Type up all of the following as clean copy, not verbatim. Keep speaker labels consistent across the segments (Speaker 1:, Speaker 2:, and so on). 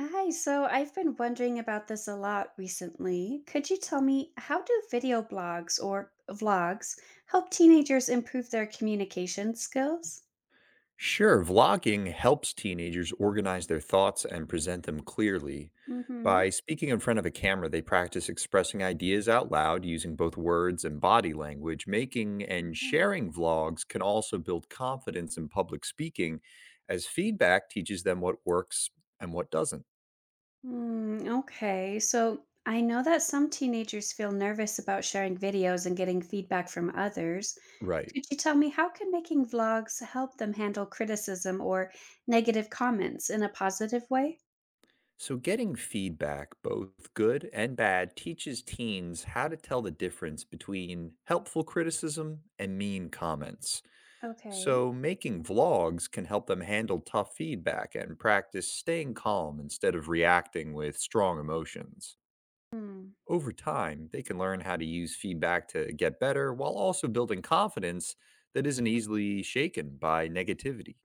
Speaker 1: Hi, so I've been wondering about this a lot recently. Could you tell me, how do video blogs or vlogs help teenagers improve their communication skills?
Speaker 2: Sure, vlogging helps teenagers organize their thoughts and present them clearly.
Speaker 1: Mm-hmm.
Speaker 2: By speaking in front of a camera, they practice expressing ideas out loud using both words and body language. Making and
Speaker 1: Oh.
Speaker 2: sharing vlogs can also build confidence in public speaking, as feedback teaches them what works and what doesn't.
Speaker 1: Mm, okay, so I know that some teenagers feel nervous about sharing videos and getting feedback from others.
Speaker 2: Right.
Speaker 1: Could you tell me, how can making vlogs help them handle criticism or negative comments in a positive way?
Speaker 2: So getting feedback, both good and bad, teaches teens how to tell the difference between helpful criticism and mean comments.
Speaker 1: Okay.
Speaker 2: So making vlogs can help them handle tough feedback and practice staying calm instead of reacting with strong emotions.
Speaker 1: Hmm.
Speaker 2: Over time, they can learn how to use feedback to get better while also building confidence that isn't easily shaken by negativity.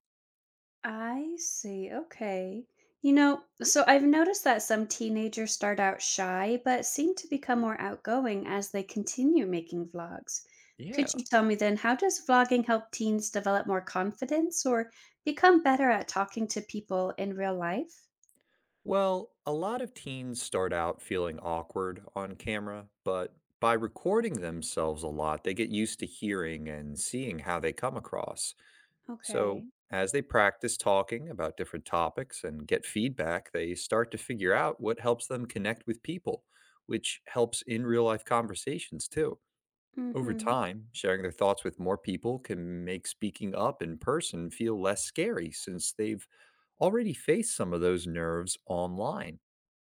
Speaker 1: I see. Okay. So I've noticed that some teenagers start out shy but seem to become more outgoing as they continue making vlogs. Could
Speaker 2: Yeah.
Speaker 1: you tell me then, how does vlogging help teens develop more confidence or become better at talking to people in real life?
Speaker 2: A lot of teens start out feeling awkward on camera, but by recording themselves a lot, they get used to hearing and seeing how they come across. So,
Speaker 1: Okay.
Speaker 2: as they practice talking about different topics and get feedback, they start to figure out what helps them connect with people, which helps in real life conversations too. Over
Speaker 1: Mhm.
Speaker 2: time, sharing their thoughts with more people can make speaking up in person feel less scary since they've already faced some of those nerves online.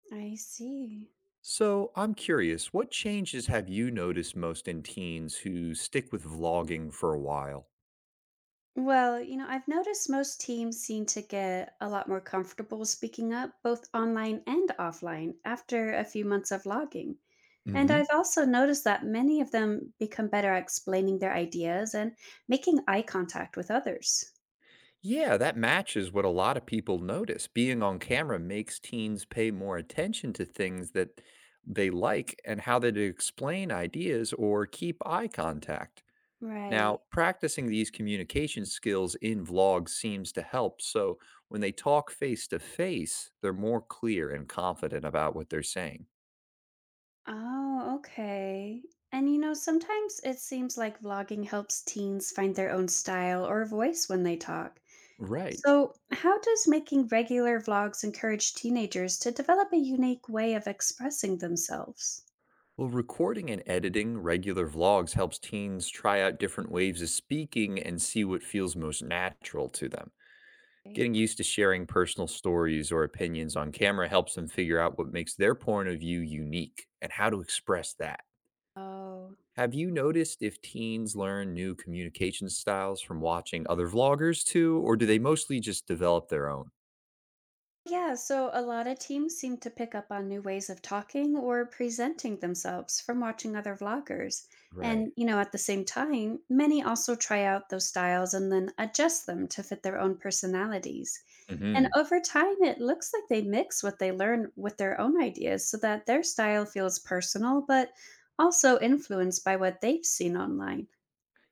Speaker 1: I see.
Speaker 2: So I'm curious, what changes have you noticed most in teens who stick with vlogging for a while?
Speaker 1: Well, I've noticed most teams seem to get a lot more comfortable speaking up both online and offline after a few months of vlogging. And
Speaker 2: hmm
Speaker 1: I've also noticed that many of them become better at explaining their ideas and making eye contact with others.
Speaker 2: Yeah, that matches what a lot of people notice. Being on camera makes teens pay more attention to things that they like and how they explain ideas or keep eye contact.
Speaker 1: Right.
Speaker 2: Now, practicing these communication skills in vlogs seems to help. So when they talk face to face, they're more clear and confident about what they're saying.
Speaker 1: Oh, okay. And sometimes it seems like vlogging helps teens find their own style or voice when they talk.
Speaker 2: Right.
Speaker 1: So, how does making regular vlogs encourage teenagers to develop a unique way of expressing themselves?
Speaker 2: Recording and editing regular vlogs helps teens try out different ways of speaking and see what feels most natural to them.
Speaker 1: Right.
Speaker 2: Getting used to sharing personal stories or opinions on camera helps them figure out what makes their point of view unique and how to express that.
Speaker 1: Oh.
Speaker 2: Have you noticed if teens learn new communication styles from watching other vloggers too, or do they mostly just develop their own?
Speaker 1: Yeah, so a lot of teams seem to pick up on new ways of talking or presenting themselves from watching other vloggers.
Speaker 2: Right.
Speaker 1: And, at the same time, many also try out those styles and then adjust them to fit their own personalities. And
Speaker 2: hmm
Speaker 1: over time, it looks like they mix what they learn with their own ideas so that their style feels personal, but also influenced by what they've seen online.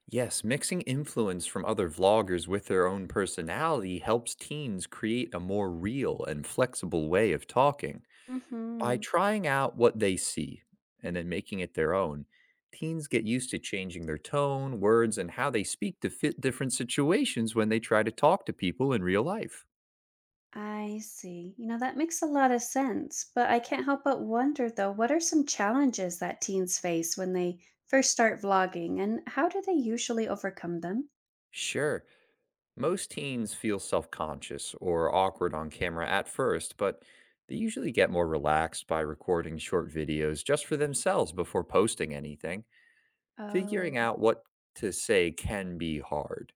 Speaker 2: Yes, mixing influence from other vloggers with their own personality helps teens create a more real and flexible way of talking. By
Speaker 1: Hmm.
Speaker 2: trying out what they see and then making it their own, teens get used to changing their tone, words, and how they speak to fit different situations when they try to talk to people in real life.
Speaker 1: I see. That makes a lot of sense, but I can't help but wonder though, what are some challenges that teens face when they first start vlogging, and how do they usually overcome them?
Speaker 2: Sure. Most teens feel self conscious or awkward on camera at first, but they usually get more relaxed by recording short videos just for themselves before posting anything.
Speaker 1: Oh,
Speaker 2: Figuring out what to say can be hard.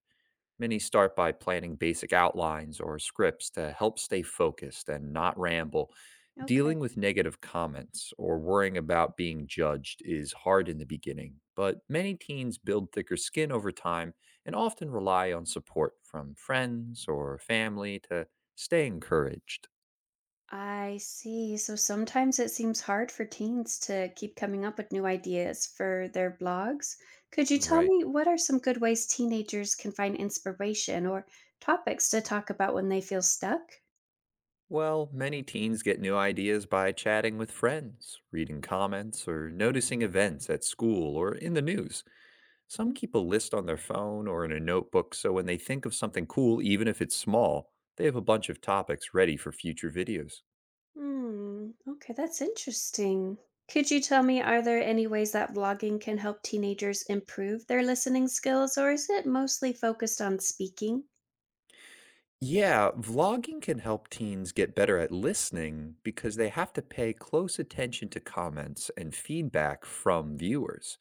Speaker 2: Many start by planning basic outlines or scripts to help stay focused and not ramble.
Speaker 1: okay.
Speaker 2: Dealing with negative comments or worrying about being judged is hard in the beginning, but many teens build thicker skin over time and often rely on support from friends or family to stay encouraged.
Speaker 1: I see. So sometimes it seems hard for teens to keep coming up with new ideas for their blogs. Could you tell
Speaker 2: Right.
Speaker 1: me, what are some good ways teenagers can find inspiration or topics to talk about when they feel stuck?
Speaker 2: Many teens get new ideas by chatting with friends, reading comments, or noticing events at school or in the news. Some keep a list on their phone or in a notebook so when they think of something cool, even if it's small, they have a bunch of topics ready for future videos.
Speaker 1: Hmm. Okay, that's interesting. Could you tell me, are there any ways that blogging can help teenagers improve their listening skills, or is it mostly focused on speaking?
Speaker 2: Yeah, vlogging can help teens get better at listening because they have to pay close attention to comments and feedback from viewers.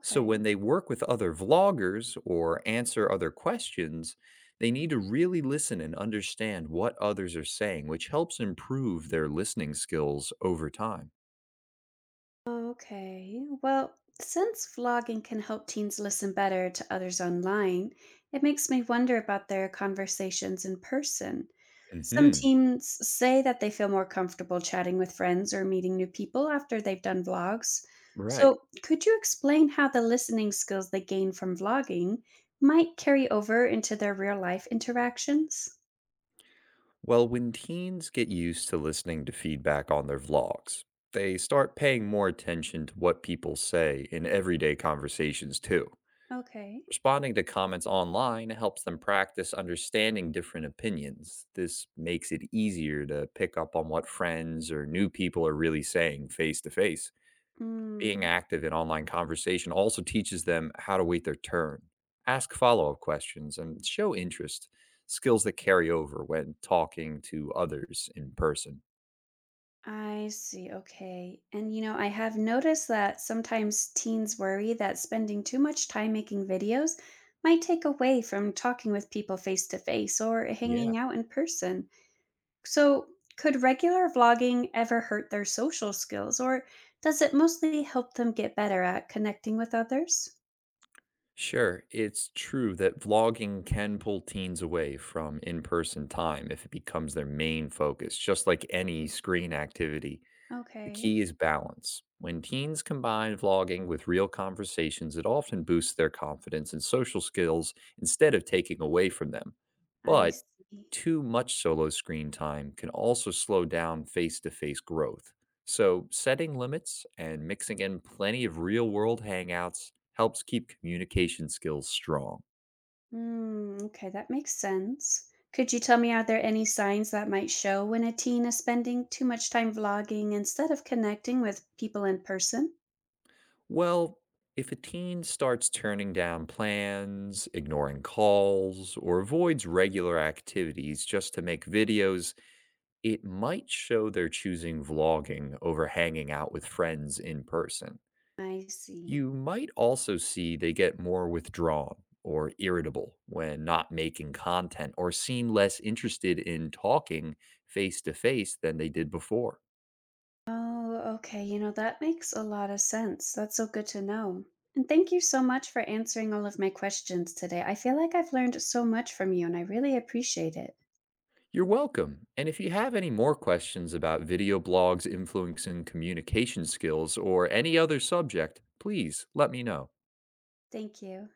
Speaker 2: So when they work with other vloggers or answer other questions, they need to really listen and understand what others are saying, which helps improve their listening skills over time.
Speaker 1: Okay. Well, since vlogging can help teens listen better to others online, it makes me wonder about their conversations in person. Some
Speaker 2: Mhm.
Speaker 1: teens say that they feel more comfortable chatting with friends or meeting new people after they've done vlogs.
Speaker 2: Right.
Speaker 1: So, could you explain how the listening skills they gain from vlogging might carry over into their real life interactions?
Speaker 2: When teens get used to listening to feedback on their vlogs, they start paying more attention to what people say in everyday conversations, too.
Speaker 1: Okay.
Speaker 2: Responding to comments online helps them practice understanding different opinions. This makes it easier to pick up on what friends or new people are really saying face to face. Being
Speaker 1: Hmm.
Speaker 2: active in online conversation also teaches them how to wait their turn, ask follow up questions, and show interest, skills that carry over when talking to others in person.
Speaker 1: I see. Okay. And I have noticed that sometimes teens worry that spending too much time making videos might take away from talking with people face to face or
Speaker 2: Yeah.
Speaker 1: hanging out in person. So, could regular vlogging ever hurt their social skills, or does it mostly help them get better at connecting with others?
Speaker 2: Sure, it's true that vlogging can pull teens away from in person time if it becomes their main focus, just like any screen activity. The
Speaker 1: Okay.
Speaker 2: key is balance. When teens combine vlogging with real conversations, it often boosts their confidence and social skills instead of taking away from them.
Speaker 1: I
Speaker 2: But
Speaker 1: see.
Speaker 2: too much solo screen time can also slow down face to face growth. So, setting limits and mixing in plenty of real world hangouts helps keep communication skills strong.
Speaker 1: Mm, okay, that makes sense. Could you tell me, are there any signs that might show when a teen is spending too much time vlogging instead of connecting with people in person?
Speaker 2: Well, if a teen starts turning down plans, ignoring calls, or avoids regular activities just to make videos, it might show they're choosing vlogging over hanging out with friends in person.
Speaker 1: I see.
Speaker 2: You might also see they get more withdrawn or irritable when not making content or seem less interested in talking face to face than they did before.
Speaker 1: Oh, okay. That makes a lot of sense. That's so good to know. And thank you so much for answering all of my questions today. I feel like I've learned so much from you, and I really appreciate it.
Speaker 2: You're welcome. And if you have any more questions about video blogs influencing communication skills or any other subject, please let me know.
Speaker 1: Thank you.